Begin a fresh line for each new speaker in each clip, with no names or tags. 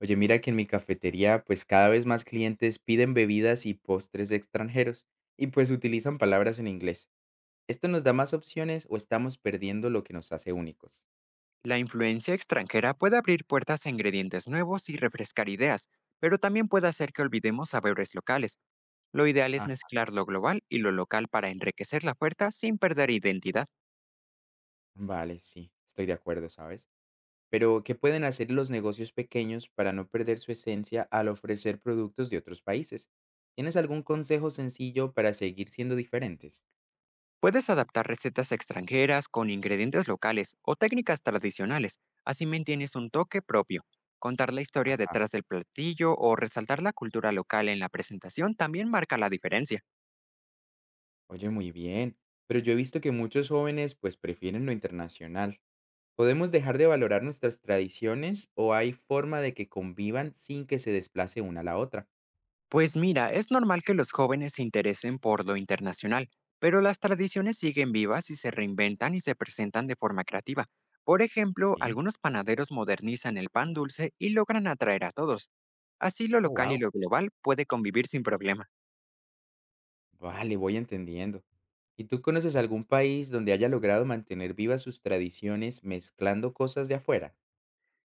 Oye, mira que en mi cafetería, pues cada vez más clientes piden bebidas y postres de extranjeros y pues utilizan palabras en inglés. ¿Esto nos da más opciones o estamos perdiendo lo que nos hace únicos?
La influencia extranjera puede abrir puertas a ingredientes nuevos y refrescar ideas, pero también puede hacer que olvidemos sabores locales. Lo ideal es
Ah,
mezclar lo global y lo local para enriquecer la puerta sin perder identidad.
vale, sí, estoy de acuerdo, ¿sabes? Pero, ¿qué pueden hacer los negocios pequeños para no perder su esencia al ofrecer productos de otros países? ¿Tienes algún consejo sencillo para seguir siendo diferentes?
Puedes adaptar recetas extranjeras con ingredientes locales o técnicas tradicionales, así mantienes un toque propio. Contar la historia
Ah,
detrás del platillo o resaltar la cultura local en la presentación también marca la diferencia.
oye, muy bien. Pero yo he visto que muchos jóvenes pues prefieren lo internacional. ¿Podemos dejar de valorar nuestras tradiciones o hay forma de que convivan sin que se desplace una a la otra?
Pues mira, es normal que los jóvenes se interesen por lo internacional, pero las tradiciones siguen vivas y se reinventan y se presentan de forma creativa. Por ejemplo,
Sí.
algunos panaderos modernizan el pan dulce y logran atraer a todos. Así lo
Oh,
local y
wow.
lo global puede convivir sin problema.
Vale, voy entendiendo. ¿Y tú conoces algún país donde haya logrado mantener vivas sus tradiciones mezclando cosas de afuera?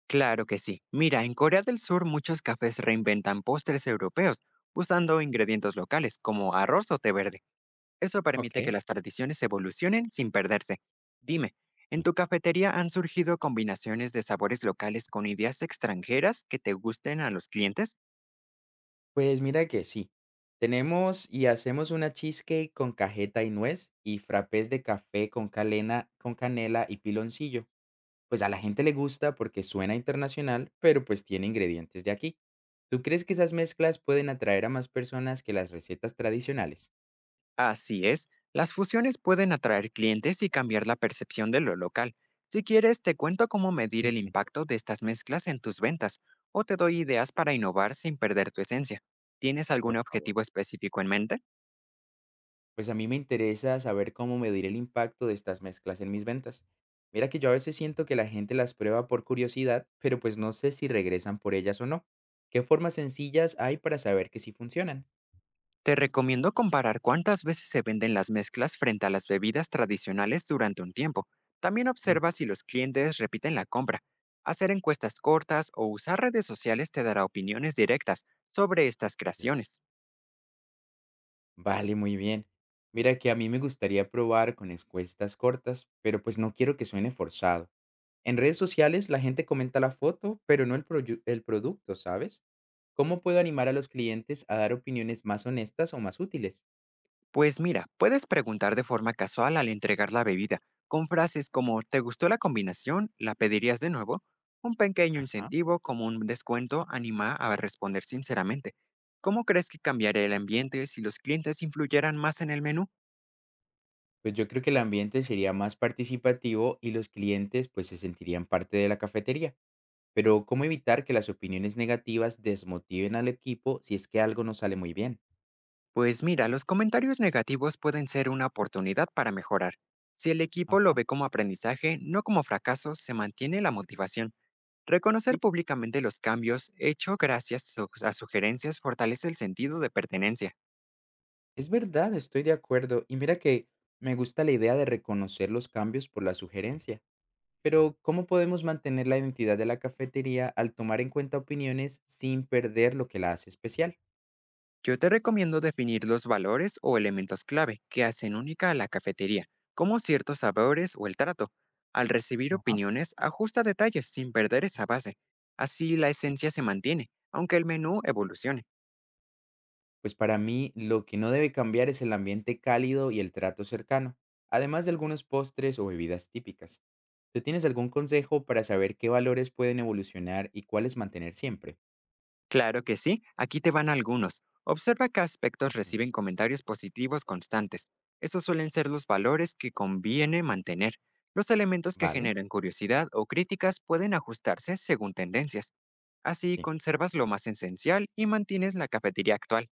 Claro que sí. Mira, en Corea del Sur muchos cafés reinventan postres europeos usando ingredientes locales como arroz o té verde. Eso
Ok.
permite que las tradiciones evolucionen sin perderse. Dime, ¿en tu cafetería han surgido combinaciones de sabores locales con ideas extranjeras que te gusten a los clientes?
Pues mira que sí. Tenemos y hacemos una cheesecake con cajeta y nuez y frappés de café con calena, con canela y piloncillo. Pues a la gente le gusta porque suena internacional, pero pues tiene ingredientes de aquí. ¿Tú crees que esas mezclas pueden atraer a más personas que las recetas tradicionales?
Así es, las fusiones pueden atraer clientes y cambiar la percepción de lo local. Si quieres, te cuento cómo medir el
Ujú.
impacto de estas mezclas en tus ventas o te doy ideas para innovar sin perder tu esencia. ¿Tienes algún
Por favor.
objetivo específico en mente?
Pues a mí me interesa saber cómo medir el impacto de estas mezclas en mis ventas. Mira que yo a veces siento que la gente las prueba por curiosidad, pero pues no sé si regresan por ellas o no. ¿Qué formas sencillas hay para saber que sí funcionan?
Te recomiendo comparar cuántas veces se venden las mezclas frente a las bebidas tradicionales durante un tiempo. También
Mm,
observa si los clientes repiten la compra. Hacer encuestas cortas o usar redes sociales te dará opiniones directas sobre estas
sí.
creaciones.
Vale, muy bien. Mira que a mí me gustaría probar con encuestas cortas, pero pues no quiero que suene forzado. En redes sociales la gente comenta la foto, pero no el, el producto, ¿sabes? ¿Cómo puedo animar a los clientes a dar opiniones más honestas o más útiles?
Pues mira, puedes preguntar de forma casual al entregar la bebida, con frases como ¿te gustó la combinación? ¿La pedirías de nuevo? Un pequeño
Ajá.
incentivo como un descuento anima a responder sinceramente. ¿Cómo crees que cambiaría el ambiente si los clientes influyeran más en el menú?
Pues yo creo que el ambiente sería más participativo y los clientes pues se sentirían parte de la cafetería. Pero ¿cómo evitar que las opiniones negativas desmotiven al equipo si es que algo no sale muy bien?
Pues mira, los comentarios negativos pueden ser una oportunidad para mejorar. Si el equipo lo
Ajá.
ve como aprendizaje, no como fracaso, se mantiene la motivación. Reconocer
Sí.
públicamente los cambios hecho gracias a sugerencias fortalece el sentido de pertenencia.
Es verdad, estoy de acuerdo. Y mira que me gusta la idea de reconocer los cambios por las sugerencias. Pero, ¿cómo podemos mantener la identidad de la cafetería al tomar en cuenta opiniones sin perder lo que la hace especial?
Yo te recomiendo definir los valores o elementos clave que hacen única a la cafetería, como ciertos sabores o el trato. Al recibir
Ajá,
opiniones, ajusta detalles sin perder esa base. Así la
sí.
esencia se mantiene, aunque el menú evolucione.
Pues para mí lo que no debe cambiar es el ambiente cálido y el trato cercano, además de algunos postres o bebidas típicas. ¿Tú tienes algún consejo para saber qué valores pueden evolucionar y cuáles mantener siempre?
Claro que sí, aquí te van algunos. Observa qué aspectos
Ujú.
reciben comentarios positivos constantes. Esos suelen ser los valores que conviene mantener. Los elementos que
Vale.
generan curiosidad o críticas pueden ajustarse según tendencias. Así
Sí,
conservas lo más esencial y mantienes la cafetería actual.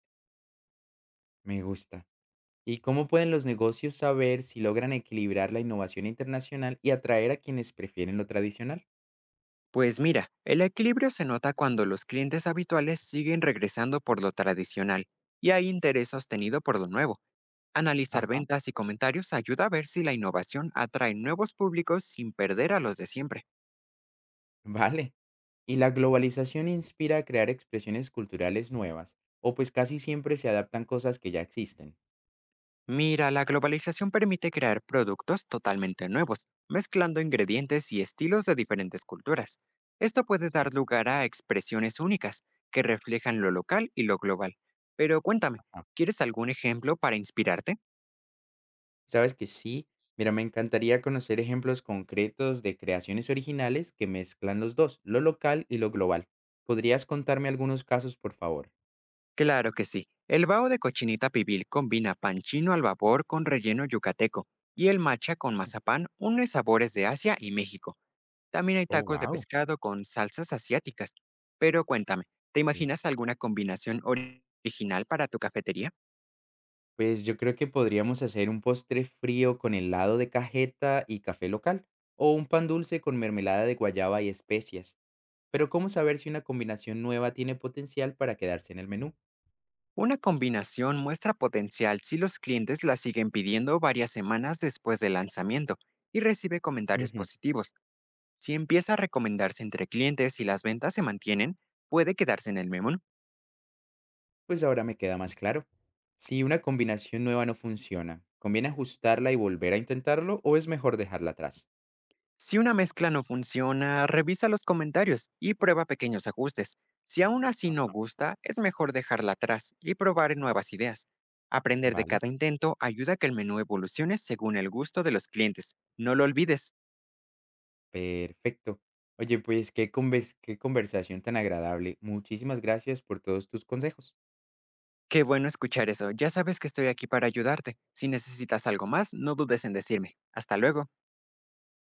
me gusta. ¿Y cómo pueden los negocios saber si logran equilibrar la innovación internacional y atraer a quienes prefieren lo tradicional?
Pues mira, el equilibrio se nota cuando los clientes habituales siguen regresando por lo tradicional y hay interés sostenido por lo nuevo. Analizar
Ajá.
ventas y comentarios ayuda a ver si la innovación atrae nuevos públicos sin perder a los de siempre.
Vale. Y la globalización inspira a crear expresiones culturales nuevas, o pues casi siempre se adaptan cosas que ya existen.
Mira, la globalización permite crear productos totalmente nuevos, mezclando ingredientes y estilos de diferentes culturas. Esto puede
Sí.
dar lugar a expresiones únicas que reflejan lo local y lo global. Pero cuéntame,
Ajá.
¿quieres algún ejemplo para inspirarte?
¿Sabes que sí? Mira, me encantaría conocer ejemplos concretos de creaciones originales que mezclan los dos, lo local y lo global. ¿Podrías contarme algunos casos, por favor?
Claro que sí. El bao de cochinita pibil combina pan chino al vapor con relleno yucateco y el matcha con mazapán une sabores de Asia y México. También hay
Oh,
tacos de
wow.
pescado con salsas asiáticas. Pero cuéntame, ¿te
Sí.
imaginas alguna combinación original para tu cafetería?
Pues yo creo que podríamos hacer un postre frío con helado de cajeta y café local, o un pan dulce con mermelada de guayaba y especias. Pero ¿cómo saber si una combinación nueva tiene potencial para quedarse en el menú?
Una combinación muestra potencial si los clientes la siguen pidiendo varias semanas después del lanzamiento y recibe comentarios
Ujú.
positivos. Si empieza a recomendarse entre clientes y las ventas se mantienen, puede quedarse en el menú.
Pues ahora me queda más claro. Si una combinación nueva no funciona, ¿conviene ajustarla y volver a intentarlo o es mejor dejarla atrás?
Si una mezcla no funciona, revisa los comentarios y prueba pequeños ajustes. Si aún así no gusta, es mejor dejarla atrás y probar nuevas ideas. Aprender de
Vale,
cada intento ayuda a que el menú evolucione según el gusto de los clientes. No lo olvides.
perfecto. Oye, pues qué qué conversación tan agradable. Muchísimas gracias por todos tus consejos.
Qué bueno escuchar eso. Ya sabes que estoy aquí para ayudarte. Si necesitas algo más, no dudes en decirme. Hasta luego.